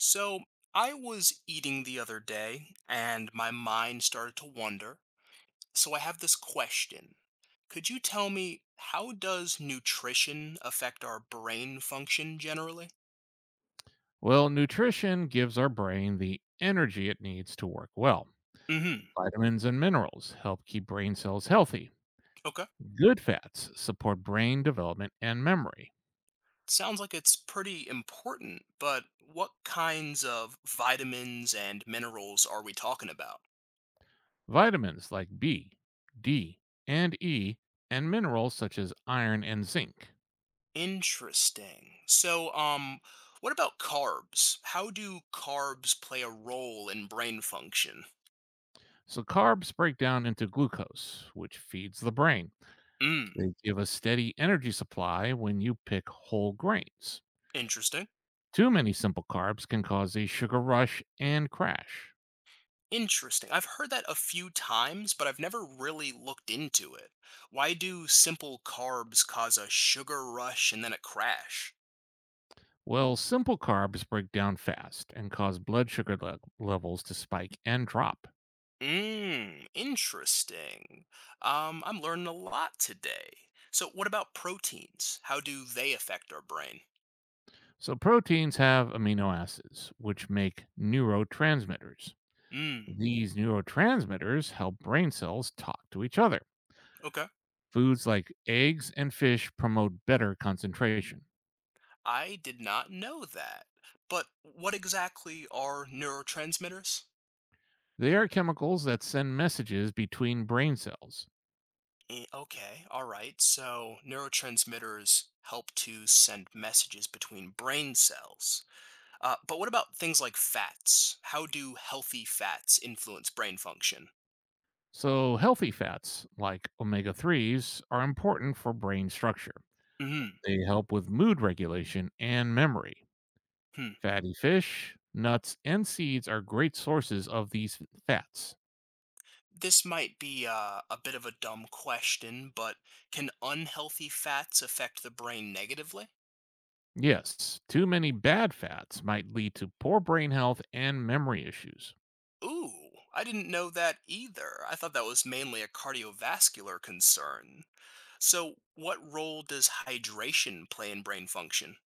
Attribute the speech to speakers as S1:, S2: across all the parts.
S1: So I was eating the other day and my mind started to wander. So I have this question. Could you tell me how does nutrition affect our brain function generally?
S2: Well, nutrition gives our brain the energy it needs to work well.
S1: Mhm.
S2: Vitamins and minerals help keep brain cells healthy.
S1: Okay.
S2: Good fats support brain development and memory.
S1: Sounds like it's pretty important, but what kinds of vitamins and minerals are we talking about?
S2: Vitamins like B, D, and E, and minerals such as iron and zinc.
S1: Interesting. So what about carbs? How do carbs play a role in brain function?
S2: So, carbs break down into glucose, which feeds the brain.
S1: Mm,
S2: They give a steady energy supply when you pick whole grains.
S1: interesting.
S2: Too many simple carbs can cause a sugar rush and crash.
S1: Interesting. I've heard that a few times, but I've never really looked into it. Why do simple carbs cause a sugar rush and then a crash?
S2: Well, simple carbs break down fast and cause blood sugar levels to spike and drop.
S1: Interesting. I'm learning a lot today. So, what about proteins? How do they affect our brain?
S2: So, proteins have amino acids, which make neurotransmitters.
S1: Mmm,
S2: These neurotransmitters help brain cells talk to each other.
S1: okay.
S2: Foods like eggs and fish promote better concentration.
S1: I did not know that. But what exactly are neurotransmitters?
S2: They are chemicals that send messages between brain cells.
S1: Okay, all right. So neurotransmitters help to send messages between brain cells. But what about things like fats? How do healthy fats influence brain function?
S2: So, healthy fats like omega 3s are important for brain structure.
S1: Mhm.
S2: They help with mood regulation and memory.
S1: Hmm.
S2: Fatty fish, nuts, and seeds are great sources of these fats.
S1: This might be a bit of a dumb question, but can unhealthy fats affect the brain negatively?
S2: Yes, too many bad fats might lead to poor brain health and memory issues.
S1: Ooh, I didn't know that either. I thought that was mainly a cardiovascular concern. So, what role does hydration play in brain function?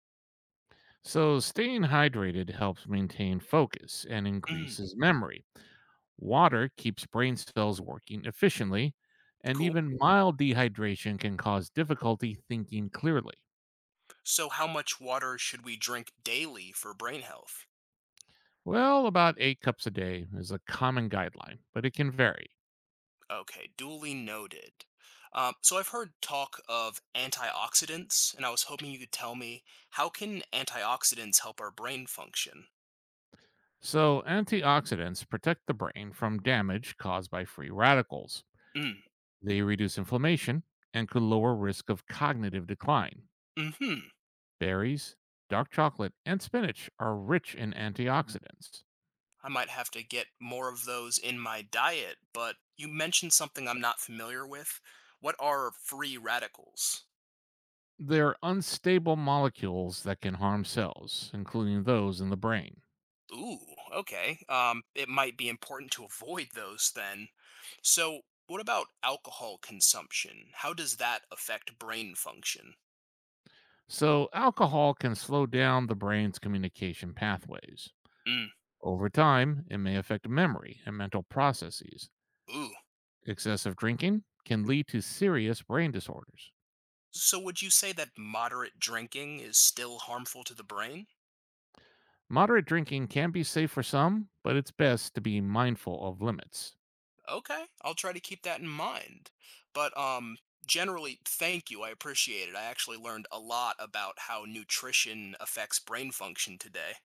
S2: So, staying hydrated helps maintain focus and increases memory. Water keeps brain cells working efficiently, and
S1: Cool.
S2: even mild dehydration can cause difficulty thinking clearly.
S1: So, how much water should we drink daily for brain health?
S2: Well, about 8 cups a day is a common guideline, but it can vary.
S1: Okay, duly noted. So, I've heard talk of antioxidants, and I was hoping you could tell me how can antioxidants help our brain function?
S2: So, antioxidants protect the brain from damage caused by free radicals.
S1: Mm.
S2: They reduce inflammation and could lower risk of cognitive decline.
S1: Mm-hmm.
S2: Berries, dark chocolate, and spinach are rich in antioxidants.
S1: I might have to get more of those in my diet, but you mentioned something I'm not familiar with. What are free radicals?
S2: They're unstable molecules that can harm cells, including those in the brain.
S1: Ooh, okay. It might be important to avoid those then. So, what about alcohol consumption? How does that affect brain function?
S2: So, alcohol can slow down the brain's communication pathways.
S1: Mm.
S2: Over time, it may affect memory and mental processes.
S1: Ooh.
S2: Excessive drinking can lead to serious brain disorders.
S1: So, would you say that moderate drinking is still harmful to the brain?
S2: Moderate drinking can be safe for some, but it's best to be mindful of limits.
S1: Okay, I'll try to keep that in mind. But generally, thank you. I appreciate it. I actually learned a lot about how nutrition affects brain function today.